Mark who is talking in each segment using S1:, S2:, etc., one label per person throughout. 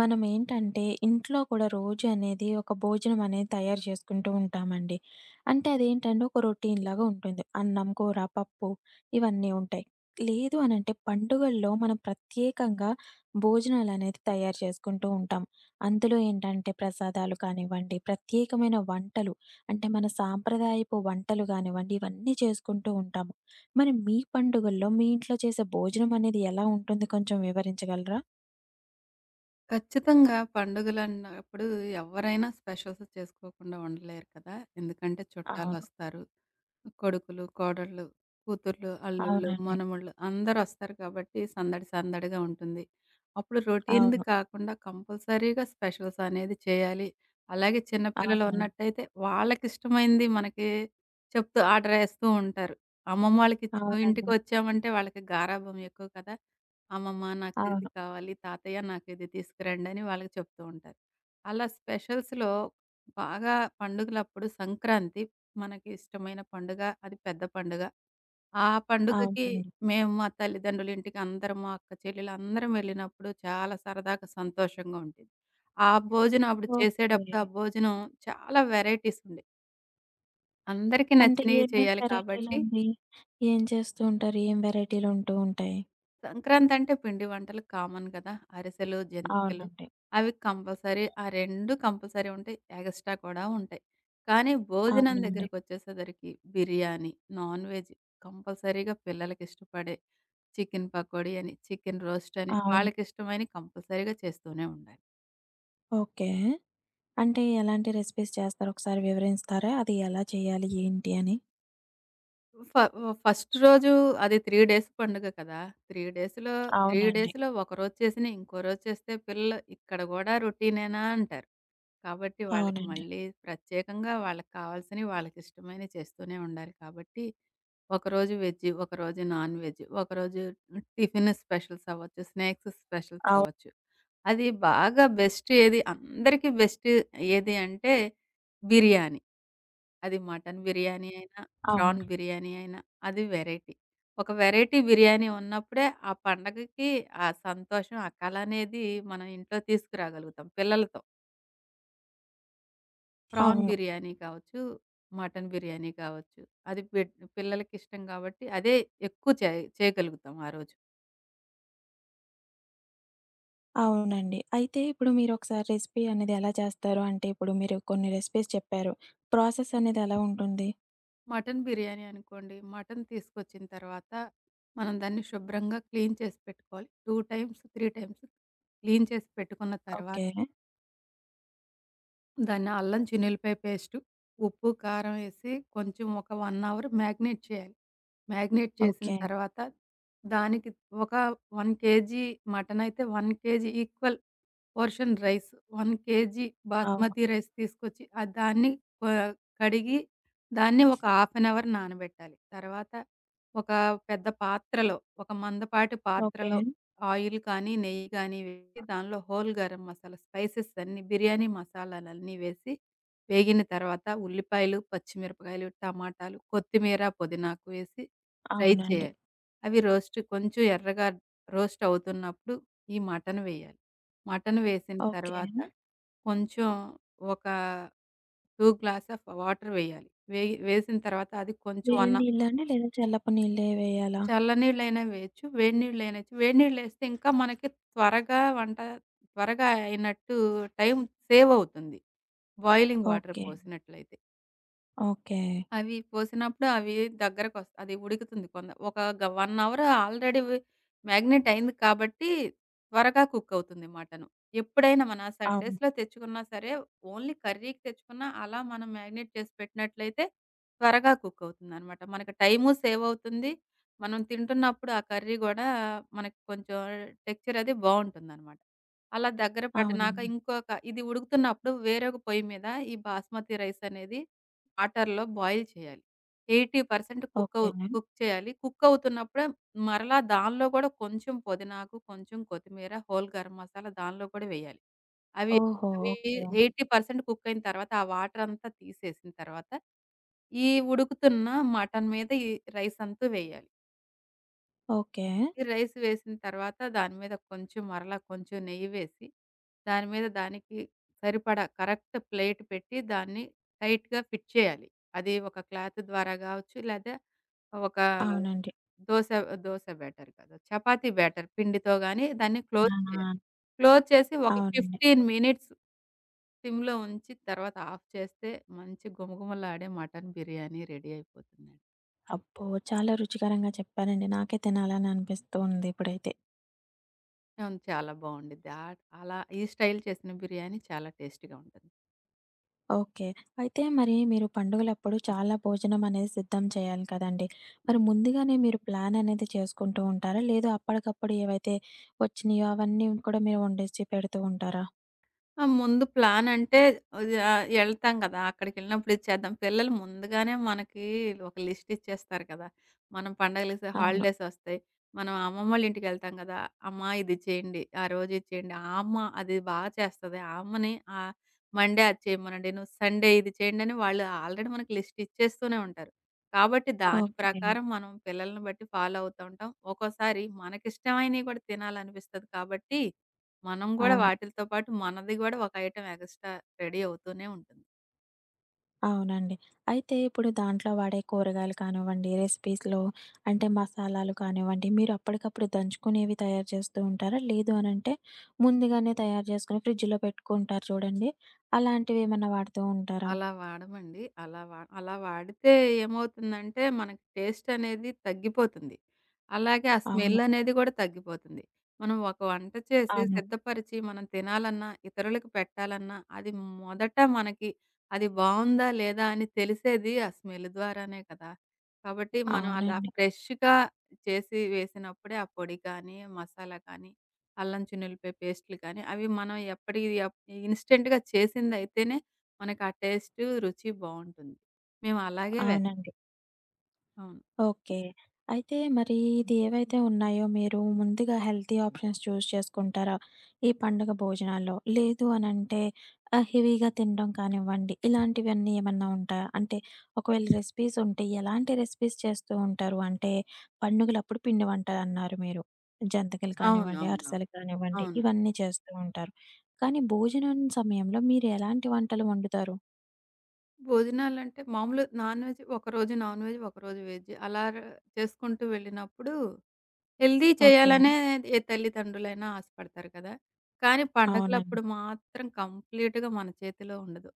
S1: మనమేంటంటే, ఇంట్లో కూడా రోజు అనేది ఒక భోజనం అనేది తయారు చేసుకుంటూ ఉంటామండి. అంటే అదేంటంటే, ఒక రొటీన్‌లాగా ఉంటుంది. అన్నం, కూర, పప్పు ఇవన్నీ ఉంటాయి. లేదు అనంటే పండుగల్లో మనం ప్రత్యేకంగా భోజనాలనేది తయారు చేసుకుంటూ ఉంటాం. అందులో ఏంటంటే ప్రసాదాలు కానివ్వండి, ప్రత్యేకమైన వంటలు అంటే మన సాంప్రదాయపు వంటలు గానివ్వండి, ఇవన్నీ చేసుకుంటూ ఉంటాము. మరి మీ పండుగల్లో మీ ఇంట్లో చేసే భోజనం అనేది ఎలా ఉంటుంది కొంచెం వివరించగలరా?
S2: ఖచ్చితంగా పండుగలన్నప్పుడు ఎవరైనా స్పెషల్స్ చేసుకోకుండా ఉండలేరు కదా! ఎందుకంటే
S1: అవును.
S2: చుట్టాలొస్తారు. కొడుకులు, కోడళ్ళు, కూతుర్లు, అల్లుళ్ళు,
S1: అవునండి.
S2: మనమళ్ళు అందరొస్తారు కాబట్టి సందడి సందడిగా ఉంటుంది. అప్పుడు రొటీన్‌ది
S1: అవును.
S2: కాకుండా కంపల్సరీగా స్పెషల్స్ అనేది చేయాలి. అలాగే చిన్న పిల్లలు
S1: అవునండి.
S2: ఉన్నట్టయితే వాళ్ళకిష్టమైంది మనకి చెప్తూ ఆర్డర్ ఏస్తూ ఉంటారు. అమ్మమ్మ వాళ్ళకి
S1: అవునండి.
S2: ఇంటికొచ్చామంటే వాళ్ళకి గారాబం ఎక్కువ కదా! అమ్మమ్మ నాకు ఇది
S1: అవును.
S2: కావాలి, తాతయ్య నాకు ఇది తీసుకురండి అని వాళ్ళకి చెప్తూ ఉంటారు. అలా స్పెషల్స్‌లో బాగా పండుగలప్పుడు సంక్రాంతి మనకి ఇష్టమైన పండుగ. అది పెద్ద పండుగ. ఆ హ్మ్. పండుగకి
S1: అవునండి.
S2: మేము మా తల్లిదండ్రులింటికి అందరం, మా అక్క చెల్లెలందరం వెళ్ళినప్పుడు చాలా సరదాగా, సంతోషంగా ఉండేది. ఆ భోజనం అప్పుడు
S1: ఓకే.
S2: చేసేటప్పుడు ఆ భోజనం చాలా వెరైటీస్ ఉండే. అందరికీ
S1: అంటే
S2: నచ్చినవి
S1: ఏమేం
S2: చేయాలి కాబట్టి
S1: వెరైటీలండి? ఏం చేస్తూ ఉంటారు? ఏం వెరైటీలుంటూ ఉంటాయి?
S2: సంక్రాంతంటే పిండి వంటలు కామన్ కదా! అరిసెలు, జంతికలు
S1: అవునండి.
S2: అవి కంపల్సరీ. ఆ 2 కంపల్సరీ ఉంటాయి. ఎగస్ట్రా కూడా ఉంటాయి. కానీ భోజనం
S1: అవునండి.
S2: దగ్గరకొచ్చేసేసరికి బిర్యానీ, నాన్ వెజ్ కంపల్సరీగా పిల్లలకిష్టపడే చికెన్ పకోడీ అని, చికెన్ రోస్ట్ అని
S1: అవును.
S2: వాళ్ళకిష్టమైనయి కంపల్సరీగా చేస్తూనే ఉండాలి.
S1: ఓకే. అంటే ఎలాంటి రెసిపీస్ చేస్తారు? ఒకసారి వివరిస్తారా? అది ఎలా చేయాలి? ఏంటి అని?
S2: ఫ ఫస్ట్ రోజు అది 3 డేస్ పండుగ కదా! 3 డేస్‌లో 3
S1: అవునండి.
S2: డేస్‌లో ఒకరోజు చేసినయి ఇంకో రోజు చేస్తే పిల్లలు ఇక్కడ గూడా రొటీనేనా అంటారు. కాబట్టి వాళ్ళకి
S1: అవునండి.
S2: మళ్ళీ ప్రత్యేకంగా వాళ్ళకి కావాల్సినయి వాళ్ళకిష్టమైనయి చేస్తూనే ఉండాలి కాబట్టి ఒకరోజు వెజ్జు, ఒకరోజు నాన్ వెజ్, ఒకరోజు టిఫిన్ స్పెషల్స్ అవ్వచ్చు, స్నాక్స్ స్పెషల్స్
S1: అవు
S2: అవ్వచ్చు. అది బాగా బెస్ట్ ఏది అందరికీ బెస్ట్ ఏది అంటే బిర్యానీ. అది మటన్ బిర్యానీ అయినా,
S1: అవును.
S2: ప్రాన్ బిర్యానీ అయినా అది వెరైటీ. ఒక వెరైటీ బిర్యానీ ఉన్నప్పుడే ఆ పండగకి ఆ సంతోషం, ఆ కలనేది మనం ఇంట్లో తీసుకురాగలుగుతాం పిల్లలతో. ప్రాన్
S1: అవును.
S2: బిర్యానీ కావచ్చు, మటన్ బిర్యానీ కావచ్చు. అది పెట్ పిల్లలకిష్టం కాబట్టి అదే ఎక్కువ చేయగలుగుతాం ఆ రోజు.
S1: అవునండి. అయితే ఇప్పుడు మీరొకసారి రెసిపీ అనేది ఎలా చేస్తారు? అంటే ఇప్పుడు మీరు కొన్ని రెసిపీస్ చెప్పారు. ప్రాసెస్ అనేది ఎలా ఉంటుంది?
S2: మటన్ బిర్యానీ అనుకోండి, మటన్ తీసుకొచ్చిన తర్వాత మనం దాన్ని శుభ్రంగా క్లీన్ చేసి పెట్టుకోవాలి. 2 టైమ్స్, 3 టైమ్స్ క్లీన్ చేసి పెట్టుకున్న తర్వాత
S1: ఓకే.
S2: దాన్ని అల్లం చిన్నుల్లిపాయ పేస్టు, ఉప్పు, కారం ఏసి కొంచెం ఒక 1 అవర్ మ్యాగ్నేట్ చేయాలి. మ్యాగ్నేట్ చేసిన
S1: ఓకే.
S2: తర్వాత దానికి ఒక 1 కేజీ మటనయితే 1 KG equal portion rice, 1 KG
S1: అవును.
S2: బాస్మతి రైస్ తీసుకొచ్చి దాన్ని క కడిగి దాన్ని ఒక హాఫ్ అన్ అవర్ నానబెట్టాలి. తర్వాత ఒక పెద్ద పాత్రలో, ఒక మందపాటి
S1: ఓకే.
S2: పాత్రలో ఆయిల్ కానీ, నెయ్యి కానీ వేసి దానిలో హోల్ గరం మసాలా స్పైసెస్ అన్నీ బిర్యానీ మసాలాలన్నీ వేసి, వేగిన తర్వాత ఉల్లిపాయలు, పచ్చిమిరపకాయలు, టమాటాలు, కొత్తిమీర, పుదీనాకు వేసి ఫ్రై
S1: అవునండి.
S2: చేయాలి. అవి రోస్ట్ కొంచెం ఎర్రగా రోస్ట్ అవుతున్నప్పుడు ఈ మటన్ వేయాలి. మటన్ వేసిన
S1: ఓకే.
S2: తర్వాత కొంచెం ఒక 2 గ్లాస్ ఆఫ్ వాటర్ వేయాలి. వేయి వేసిన తర్వాత అది కొంచెం
S1: వేడి
S2: 1
S1: నీళ్ళండి లేదా చల్లపు నీళ్ళే వేయాలా?
S2: చల్లనీళ్ళైనా వేయొచ్చు. వేడి నీళ్ళైనా ఏయొచ్చు. వేడి నీళ్ళేస్తే ఇంకా మనకి త్వరగా వంట త్వరగా అయినట్టు టైం సేవ్ అవుతుంది. Boiling water
S1: okay.
S2: పోసినట్లయితే.
S1: ఓకే.
S2: అవి పోసినప్పుడు అవి దగ్గరకొస్త అది ఉడుకుతుంది కొంద ఒక గ 1 అవర్ ఆల్రెడీ మాగ్నెట్ అయింది కాబట్టి త్వరగా కుక్ అవుతుంది మటను. ఎప్పుడైనా మన
S1: అవును.
S2: సండేస్‌లో తెచ్చుకున్నా సరే, ఓన్లీ కర్రీకి తెచ్చుకున్నా అలా మనం మాగ్నెట్ చేసి పెట్టినట్లయితే త్వరగా కుక్ అవుతుందనమాట. మనకి టైము సేవ్ అవుతుంది. మనం తింటున్నప్పుడు ఆ కర్రీ గూడా మనకి కొంచెం టెక్స్చర్ అది బావుంటుందనమాట. అలా దగ్గర పడినాక
S1: అవునండి.
S2: ఇంకొక ఇది ఉడుకుతున్నప్పుడు వేరొక పొయ్యి మీద ఈ బాస్మతి రైస్ అనేది వాటర్‌లో బాయిల్ చేయాలి. 80% కుక్కవు కుక్ అవు
S1: ఓకే.
S2: కుక్ చేయాలి. కుక్ అవుతున్నప్పుడే మరలా దానిలో గూడా కొంచెం పుదీనాకు, కొంచెం కొత్తిమీర, హోల్ గరం మసాలా దానిలో కూడా వేయాలి. అవి
S1: ఓహో!
S2: అవి
S1: ఓకే.
S2: 80% కుక్ అయిన తర్వాత ఆ వాటర్ అంతా తీసేసిన తర్వాత, ఈ ఉడుకుతున్న మటన్ మీద ఈ రైస్ అంతా వేయాలి.
S1: ఓకే.
S2: ఈ రైస్ వేసిన తర్వాత దాని మీద కొంచెం మరలా కొంచెం నెయ్యి వేసి, దాని మీద దానికి సరిపడా కరెక్ట్ ప్లేట్ పెట్టి దాన్ని టైట్‌గా ఫిట్ చేయాలి. అది ఒక క్లాత్ ద్వారా గావచ్చు, లేదా ఒక
S1: అవునండి.
S2: దోస దోస బ్యాటర్ కాదు. చపాతీ బ్యాటర్ పిండితో గాని దాన్ని
S1: ఆ!
S2: క్లోజ్ చేయాలి. క్లోజ్ చేసి ఒక
S1: అవునండి.
S2: 15 మినిట్స్ సిమ్‌లో ఉంచి తర్వాత ఆఫ్ చేస్తే మంచి గుమగుమలాడే మటన్ బిర్యానీ రెడీ అయిపోతుందండి.
S1: అబ్బో! చాలా రుచికరంగా చెప్పారండి. నాకే తినాలని అనిపిస్తూ ఉంది ఇప్పుడైతే.
S2: అవును. చాలా బావుండిద్ది. అలా ఈ స్టైల్ చేసిన బిర్యానీ చాలా టేస్టీ‌గా ఉంటుంది.
S1: ఓకే. అయితే మరి మీరు పండుగలప్పుడు చాలా భోజనం అనేది సిద్ధం చేయాలి కదండీ! మరి ముందుగానే మీరు ప్లాన్ అనేది చేసుకుంటూ ఉంటారా? లేదా అప్పటికప్పుడు ఏవైతే వచ్చినాయో అవన్నీ కూడా మీరు వండేసి పెడుతూ ఉంటారా?
S2: ఆ! ముందు ప్లాన్ అంటే అది ఎళ్తాం కదా! అక్కడికెళ్ళినప్పుడు ఇచ్చేద్దాం. పిల్లలు ముందుగానే మనకి ఒక లిస్ట్ ఇచ్చేస్తారు కదా! మనం పండగలకి
S1: అవును.
S2: హాలిడేస్ ఒస్తాయి. మనం అమ్మమ్మోళ్ళ ఇంటికెళ్తాం కదా! అమ్మ ఇది చేయండి, ఆ రోజు ఇది చేయండి. ఆ అమ్మ అది బా చేస్తది. ఆ అమ్మని ఆహ్, మండే అది చేయమనండి, నువ్వు సండే ఇది చేయండి అని వాళ్ళు ఆల్రెడీ మనకి లిస్ట్ ఇచ్చేస్తూనే ఉంటారు. కాబట్టి దాని
S1: ఓకే.
S2: ప్రకారం మనం పిల్లల్ని బట్టి ఫాలో అవుతూ ఉంటాం. ఒక్కోసారి మనకిష్టమైనవి కూడా తినాలనిపిస్తది కాబట్టి మనం గూడా
S1: అవును.
S2: వాటిలతో పాటు మనది గూడా ఒక ఐటెమ్ ఎగస్ట్రా రెడీ అవుతూనే ఉంటుంది.
S1: అవునండి. అయితే ఇప్పుడు దాంట్లో వాడే కూరగాయలు కానివ్వండి, రెసిపీస్‌లో అంటే మసాలాలు కానివ్వండి, మీరు అప్పటికప్పుడు దంచుకునేవి తయారు చేస్తూ ఉంటారా? లేదు అనంటే ముందుగానే తయారు చేసుకొని ఫ్రిడ్జ్‌లో పెట్టుకుంటారు చూడండి. అలాంటివేమన్నా వాడుతూ ఉంటారా?
S2: అలా వాడమండి. అలా వాడితే ఏమవుతుందంటే, మనకి టేస్ట్ అనేది తగ్గిపోతుంది. అలాగే ఆ స్మెల్
S1: అవును.
S2: అనేది కూడా తగ్గిపోతుంది. మనం ఒక వంట చేసి,
S1: అవును.
S2: సిద్ధపరిచి మనం తినాలన్నా, ఇతరులకి పెట్టాలన్నా, అది మొదట మనకి అది బావుందా? లేదా? అని తెలిసేది ఆ స్మెల్ ద్వారానే కదా! కాబట్టి మనం అలా
S1: అవునండి.
S2: ఫ్రెష్‌గా చేసి వేసినప్పుడే ఆ పొడి కానీ, మసాలా కానీ, అల్లం, వెల్లుల్లిపాయ పేస్టులు కానీ, అవి మనం ఎప్పటికి అప్ ఇన్‌స్టంట్‌గా చేసిందైతేనే మనకు ఆ టేస్టు, రుచి బావుంటుంది. మేము అలాగే వేస్తాం.
S1: అవునండి.
S2: అవును.
S1: ఓకే. అయితే మరి ఇది ఏవైతే ఉన్నాయో మీరు ముందుగా హెల్తీ ఆప్షన్స్ చూజ్ చేసుకుంటారా? ఈ పండుగ భోజనాల్లో? లేదు అనంటే హెవీగా తినడం కానివ్వండి, ఇలాంటివన్నీ ఏమన్నా ఉంటాయా? అంటే ఒకవేళ రెసిపీస్ ఉంటే ఎలాంటి రెసిపీస్ చేస్తూ ఉంటారు? అంటే పండుగలప్పుడు పిండి వంటలన్నారు మీరు. జంతికలు కానివ్వండి,
S2: అవునవునవును.
S1: అరిసెలు కానివ్వండి,
S2: అవును.
S1: ఇవన్నీ చేస్తూ ఉంటారు. కానీ భోజనం సమయంలో మీరు ఎలాంటి వంటలు వండుతారు?
S2: భోజనాలంటే మామూలు నాన్ వెజ్ ఒకరోజు నాన్ వెజ్, ఒకరోజు వెజ్ అలా చేసుకుంటూ వెళ్ళినప్పుడు హెల్తీ
S1: ఓకే.
S2: చేయాలనే ఏ తల్లిదండ్రులైనా ఆశపడతారు కదా! కానీ
S1: అవునండి.
S2: పండగలప్పుడు మాత్రం కంప్లీట్‌గా మన చేతిలో ఉండదు.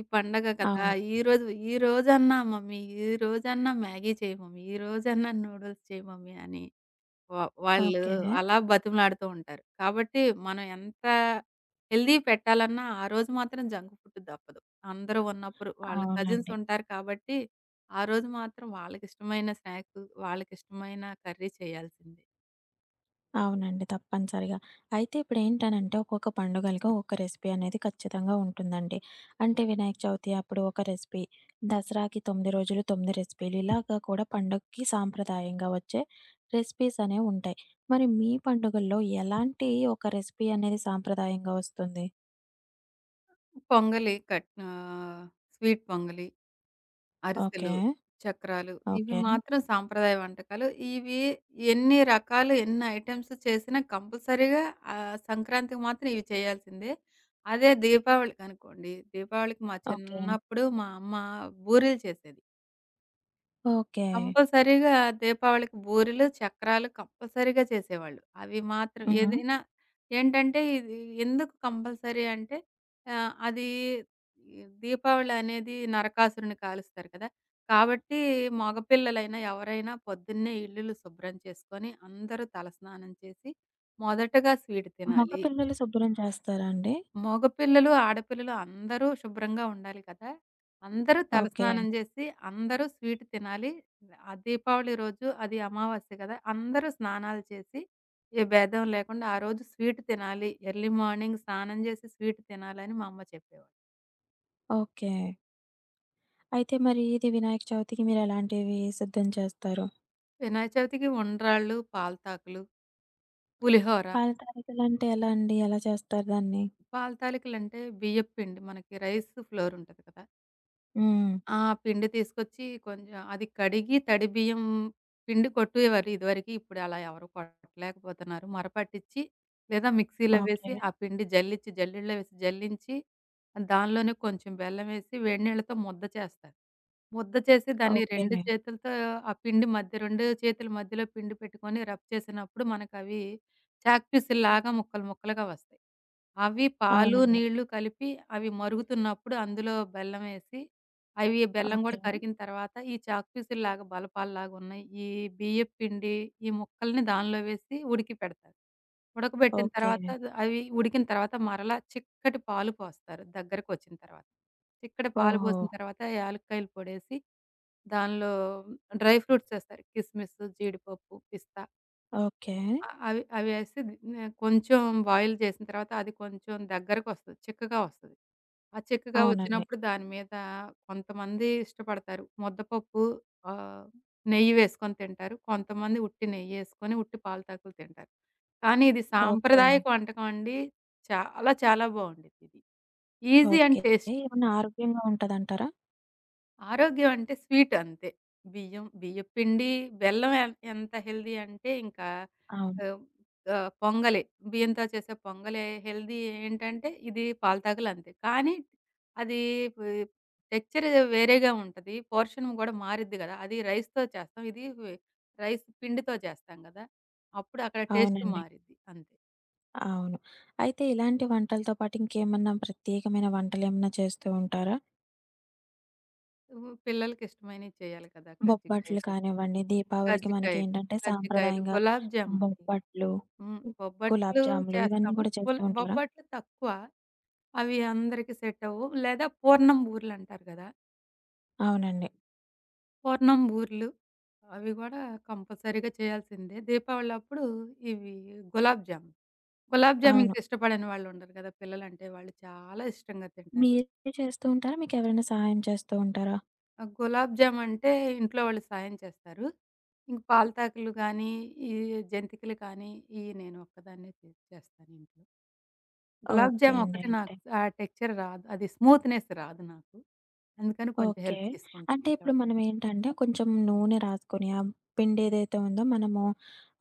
S2: ఈ పండగ కదా!
S1: అవును.
S2: ఈరోజు "ఈరోజన్నా మమ్మీ, ఈరోజన్నా మ్యాగీ చేయి మమ్మీ, ఈరోజన్నా నూడిల్స్ చేయి మమ్మీ" అని వాళ్ళు
S1: ఓకే.
S2: అలా బతిమలాడుతూ ఉంటారు. కాబట్టి మనం ఎంత హెల్తీ పెట్టాలన్నా ఆ రోజు మాత్రం జంక్ ఫుడ్ తప్పదు. అందరూ ఉన్నప్పుడు వాళ్ళ కజిన్స్
S1: అవునండి.
S2: ఉంటారు కాబట్టి, ఆ రోజు మాత్రం వాళ్ళకిష్టమైన స్నాక్స్, వాళ్ళకిష్టమైన కర్రీ చేయాల్సిందే.
S1: అవునండి. తప్పనిసరిగా. అయితే ఇప్పుడేంటనంటే ఒక్కొక్క పండుగలకి ఒక్కొక్క రెసిపీ అనేది ఖచ్చితంగా ఉంటుందండి. అంటే వినాయక చవితి అప్పుడు ఒక రెసిపీ, దసరాకి 9 రోజులు 9 రెసిపీలు ఇలాగా కూడా పండగకి సాంప్రదాయంగా వచ్చే రెసిపీస్ అనేవి ఉంటాయి. మరి మీ పండుగల్లో ఎలాంటి ఒక రెసిపీ అనేది సాంప్రదాయంగా వస్తుంది?
S2: పొంగలి కట్ స్వీట్ పొంగలి. అరిసెలు,
S1: ఓకే.
S2: చక్రాలు ఇవి
S1: ఓకే.
S2: మాత్రం సాంప్రదాయ వంటకాలు. ఇవి ఎన్ని రకాలు, ఎన్ని ఐటెమ్స్ చేసినా కంపల్సరీగా సంక్రాంతికి మాత్రం ఇవి చేయాల్సిందే. అదే దీపావళికనుకోండి, దీపావళికి మా
S1: ఓకే.
S2: చిన్నప్పుడు మా అమ్మ బూరెలు చేసేది.
S1: ఓకే.
S2: కంపల్సరీగా దీపావళికి బూరెలు, చక్రాలు కంపల్సరీగా చేసేవాళ్ళు. అవి మాత్రం
S1: హ్మ్.
S2: ఏదైనా ఏంటంటే ఇది ఎందుకు కంపల్సరీ అంటే ఆహ్, అది ఈ దీపావళి అనేది నరకాసురుడిని కాలుస్తారు కదా! కాబట్టి మగపిల్లలైనా ఎవరైనా పొద్దున్నే ఇల్లులు శుభ్రం చేసుకొని అందరూ తలస్నానం చేసి మొదటగా స్వీట్
S1: మగ
S2: తినాలి.
S1: పిల్లలు శుభ్రం చేస్తారా అండి?
S2: మగపిల్లలు, ఆడపిల్లలు అందరూ శుభ్రంగా ఉండాలి కదా! అందరూ
S1: ఓకే.
S2: తలస్నానం జేసి, అందరూ స్వీట్ తినాలి. ఆ దీపావళి రోజు అది అమావాస్య గదా! అందరూ స్నానాలు చేసి, ఏ భేదం లేకుండా ఆ రోజు స్వీట్ తినాలి. ఎర్లీ మార్నింగ్ స్నానం జేసి స్వీట్ తినాలని మా అమ్మ చెప్పేవాళ్ళు.
S1: ఓకే. అయితే మరి ఇది వినాయక చవితికి మీరెలాంటివి సిద్ధం చేస్తారు?
S2: వినాయక చవితికి ఉండ్రాళ్ళు, పాలతాకులు, పులిహోర.
S1: పాల తాలికలంటే ఎలా అండి? ఎలా చేస్తారు దాన్ని?
S2: పాలతాలికలంటే బియ్యపు పిండి మనకి రైస్ ఫ్లోర్ ఉంటది కదా!
S1: హ్మ్.
S2: ఆ! పిండి తీసుకొచ్చి కొంచెం అది కడిగి తడి బియ్యం పిండి కొట్టేవారు ఇదివరకి. ఇప్పుడు అలా ఎవరు కొట్టలేకపోతున్నారు. మరపట్టించి లేదా మిక్సీలో వేసి
S1: ఓకే.
S2: ఆ పిండి జల్లించి జల్లిడలో వేసి జల్లించి దానిలోనే కొంచెం బెల్లం వేసి వేడి నీళ్ళతో ముద్ద చేస్తారు. ముద్ద చేసి దాన్ని
S1: ఓకే.
S2: 2 చేతులతో ఆ పిండి మధ్య 2 చేతుల మధ్యలో పిండి పెట్టుకొని రబ్ చేసినప్పుడు మనకవి చాక్ పీసుల్లాగా ముక్కలు ముక్కలుగా వస్తాయి. అవి పాలు,
S1: అవునండి.
S2: నీళ్లు కలిపి అవి మరుగుతున్నప్పుడు అందులో బెల్లం వేసి అవి బెల్లం
S1: ఓకే.
S2: గూడా కరిగిన తర్వాత, ఈ చాక్ పీసుల్లాగా బలపాల్లాగా ఉన్నాయి. ఈ బియ్యపు పిండి, ఈ ముక్కల్ని దానిలో వేసి ఉడికి పెడతారు. ఉడకబెట్టిన
S1: ఓకే.
S2: తర్వాత అవి ఉడికిన తర్వాత మరలా చిక్కటి పాలు పోస్తారు దగ్గరకొచ్చిన తర్వాత. చిక్కటి పాలు
S1: ఓహో!
S2: పోసిన తర్వాత యాలుక్కాయలు పొడేసి, దానిలో డ్రై ఫ్రూట్స్ ఏస్తారు. కిస్‌మిస్, జీడిపప్పు, పిస్తా
S1: ఓకే.
S2: అవి అవేసి ది నే కొంచెం బాయిల్ చేసిన తర్వాత అది కొంచెం దగ్గరకొస్తది. చిక్కగా వస్తది. ఆ చిక్కగా
S1: అవునండి.
S2: వచ్చినప్పుడు దాని మీద కొంతమంది ఇష్టపడతారు. ముద్దపప్పు ఆహ్, నెయ్యి వేసుకొని తింటారు. కొంతమంది ఉట్టి నెయ్యేసుకొని ఉట్టి పాలతాకులు తింటారు. కానీ ఇది
S1: ఓకే.
S2: సాంప్రదాయక వంటకం అండి. చాలా చాలా బావుండిద్దిది. Easy and
S1: okay.
S2: టేస్టీ.
S1: ఏమన్నా ఆరోగ్యంగా ఉంటదంటారా?
S2: ఆరోగ్యం అంటే స్వీట్ అంతే. బియ్యం, బియ్యపు పిండి, బెల్లం ఎంత హెల్తీ అంటే ఇంకా
S1: అవును.
S2: ఆహ్, ఆహ్, పొంగలి బియ్యంతో చేసే పొంగలి హెల్తీ ఏంటంటే ఇది పాలతాగలు అంతే. కానీ అది వి టెక్స్చర్ వేరేగా ఉంటది. పోర్షన్ గూడా మారిద్ది గదా! అది రైస్‌తో చేస్తాం. ఇది రైస్ పిండితో చేస్తాం గదా! అప్పుడు అక్కడ టేస్ట్
S1: అవునండి.
S2: మారిద్ది అంతే.
S1: అవును. అయితే ఇలాంటి వంటలతో పాటు ఇంకేమన్నా ప్రత్యేకమైన వంటలేమన్నా చేస్తూ ఉంటారా?
S2: హ్మ్. పిల్లలకి ఇష్టమైనవి చేయాలి కదా!
S1: బొబ్బట్లు కానివ్వండి, దీపావళికి
S2: కజ్జికాయలు,
S1: మనకేంటంటే
S2: కజ్జికాయలు,
S1: సాంప్రదాయంగా
S2: గులాబ్ జామ్ అండి.
S1: బొబ్బట్లు,
S2: హ్మ్.
S1: గులాబ్
S2: బొబ్బట్లు
S1: జాములు ఇవన్నీ
S2: చేస్తాము.
S1: కూడా చేస్తూ ఉంటారా?
S2: బొబ్బట్లు తక్కువ. అవి అందరికి సెట్ అవ్వవు. లేదా పూర్ణం బూర్లంటారు గదా!
S1: అవునండి.
S2: పూర్ణం బూర్లు అవి గూడా కంపల్సరీగా చేయాల్సిందే. దీపావళప్పుడు ఇవి గులాబ్ జామ్. గులాబ్ జామ్ ఇంక
S1: అవును.
S2: ఇష్టపడని వాళ్ళుండరు గదా! పిల్లలంటే వాళ్ళు చాలా ఇష్టంగా తింటారు.
S1: మీరే చేస్తూ ఉంటారా? మీకెవరైనా సహాయం చేస్తూ ఉంటారా?
S2: ఆ గులాబ్ జామ్ అంటే ఇంట్లో వాళ్ళు సాయం చేస్తారు. ఇంక పాలతాకులు గానీ, ఈ జంతికలు కానీ, ఇయి నేను ఒక్కదాన్నే చేస్తానింట్లో. గులాబ్
S1: ఓకే
S2: జామ్
S1: అండి
S2: ఒకటే నాకు
S1: అయితే.
S2: ఆ టెక్స్చర్ రాదు. అది స్మూత్‌నెస్ రాదు నాకు. అందుకని కొంచెం
S1: ఓకే.
S2: హెల్ప్ తీసుకుంటా
S1: అంటే
S2: ఇంట్లో.
S1: ఇప్పుడు మనమేంటంటే కొంచెం నూనె రాసుకొని, పిండేదైతే ఉందో మనము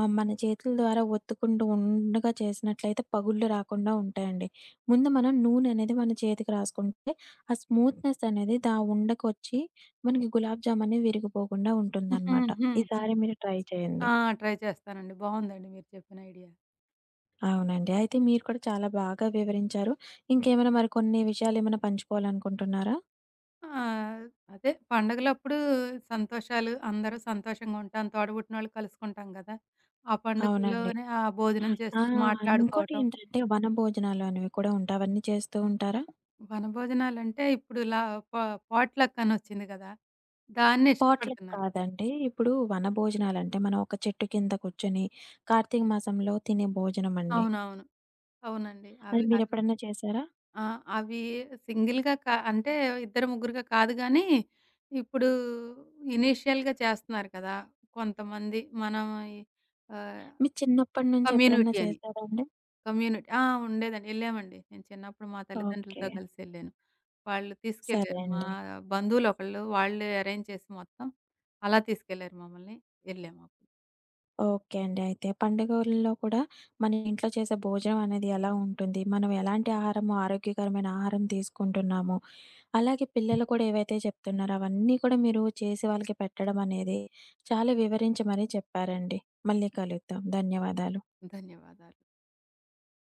S1: మన చేతుల ద్వారా ఒత్తుకుంటూ ఉండగా చేసినట్లయితే పగుళ్ళు రాకుండా ఉంటాయండి. ముందు మనం నూనె అనేది మన చేతికి రాసుకుంటే, ఆ స్మూత్‌నెస్ అనేది ఉండకొచ్చి మనకి గులాబ్ జామ్ అనేది విరిగిపోకుండా
S2: హుహు.
S1: ఉంటుందనమాట.
S2: హుహు.
S1: ఈసారి మీరు ట్రై చేయండి.
S2: ఆ! ట్రై చేస్తానండి. బావుందండి మీరు చెప్పిన ఐడియా.
S1: అవునండి. అయితే మీరు కూడా చాలా బాగా వివరించారు. ఇంకేమైనా మరి కొన్ని విషయాలేమైనా పంచుకోవాలనుకుంటున్నారా?
S2: ఆహ్, అదే పండగలప్పుడు సంతోషాలు అందరూ సంతోషంగా ఉంటాం. తోడబుట్టినోళ్ళు కలుసుకుంటాం గదా! ఆ
S1: అవునండి.
S2: పండుగల్లోనే ఆ భోజనం
S1: ఆ!
S2: చేస్తూ మాట్లాడుకోవటం.
S1: ఇంకోటేంటంటే వనభోజనాలు అనేవి కూడా ఉంటాయి. అవన్నీ చేస్తూ ఉంటారా?
S2: వనభోజనాలంటే ఇప్పుడు ఇలా ప పాట్‌లక్ అనొచ్చింది గదా! దాన్నే
S1: పాట్‌లక్
S2: ఇష్టపడుతున్నారు.
S1: కాదండి. ఇప్పుడు వనభోజనాలంటే మనం ఒక చెట్టు కింద కూర్చొని కార్తీక మాసంలో తినే భోజనం అండి.
S2: అవునవును. అవునండి.
S1: అది
S2: అవి అవి
S1: మీరెప్పుడన్నా చేశారా?
S2: ఆ! అవి సింగిల్‌గా అంటే ఇద్దరు ముగ్గురుగా కాదు గానీ, ఇప్పుడు ఇనీషియల్‌గా చేస్తున్నారు కదా! కొంతమంది మనం ఈ ఆహ్,
S1: మీరు చిన్నప్పటి నుంచి ఎప్పుడన్నా
S2: కమ్యూనిటీ అని.
S1: చేశారా అండి?
S2: కమ్యూనిటీ ఆ! ఉండేదండి. ఎళ్ళామండి. నేను చిన్నప్పుడు మా
S1: ఓకే.
S2: తల్లిదండ్రులతో కలిసి ఎళ్ళాను. వాళ్ళు
S1: సరే
S2: తీసుకెళ్లారు. మా
S1: అండి.
S2: బంధువులొకళ్ళు వాళ్ళే అరేంజ్ చేసి మొత్తం అలా తీసుకెళ్లారు మమ్మల్ని. ఎళ్ళామప్పుడు.
S1: ఓకే అండి. అయితే పండుగల్లో కూడా మన ఇంట్లో చేసే భోజనం అనేది ఎలా ఉంటుంది? మనం ఎలాంటి ఆహారం ఆరోగ్యకరమైన ఆహారం తీసుకుంటున్నాము? అలాగే పిల్లలు కూడా ఏవైతే చెప్తున్నారో అవన్నీ కూడా మీరు చేసి వాళ్ళకి పెట్టడం అనేది చాలా వివరించి మరీ చెప్పారండి. మళ్ళీ కలుద్దాం. ధన్యవాదాలు.
S2: ధన్యవాదాలు.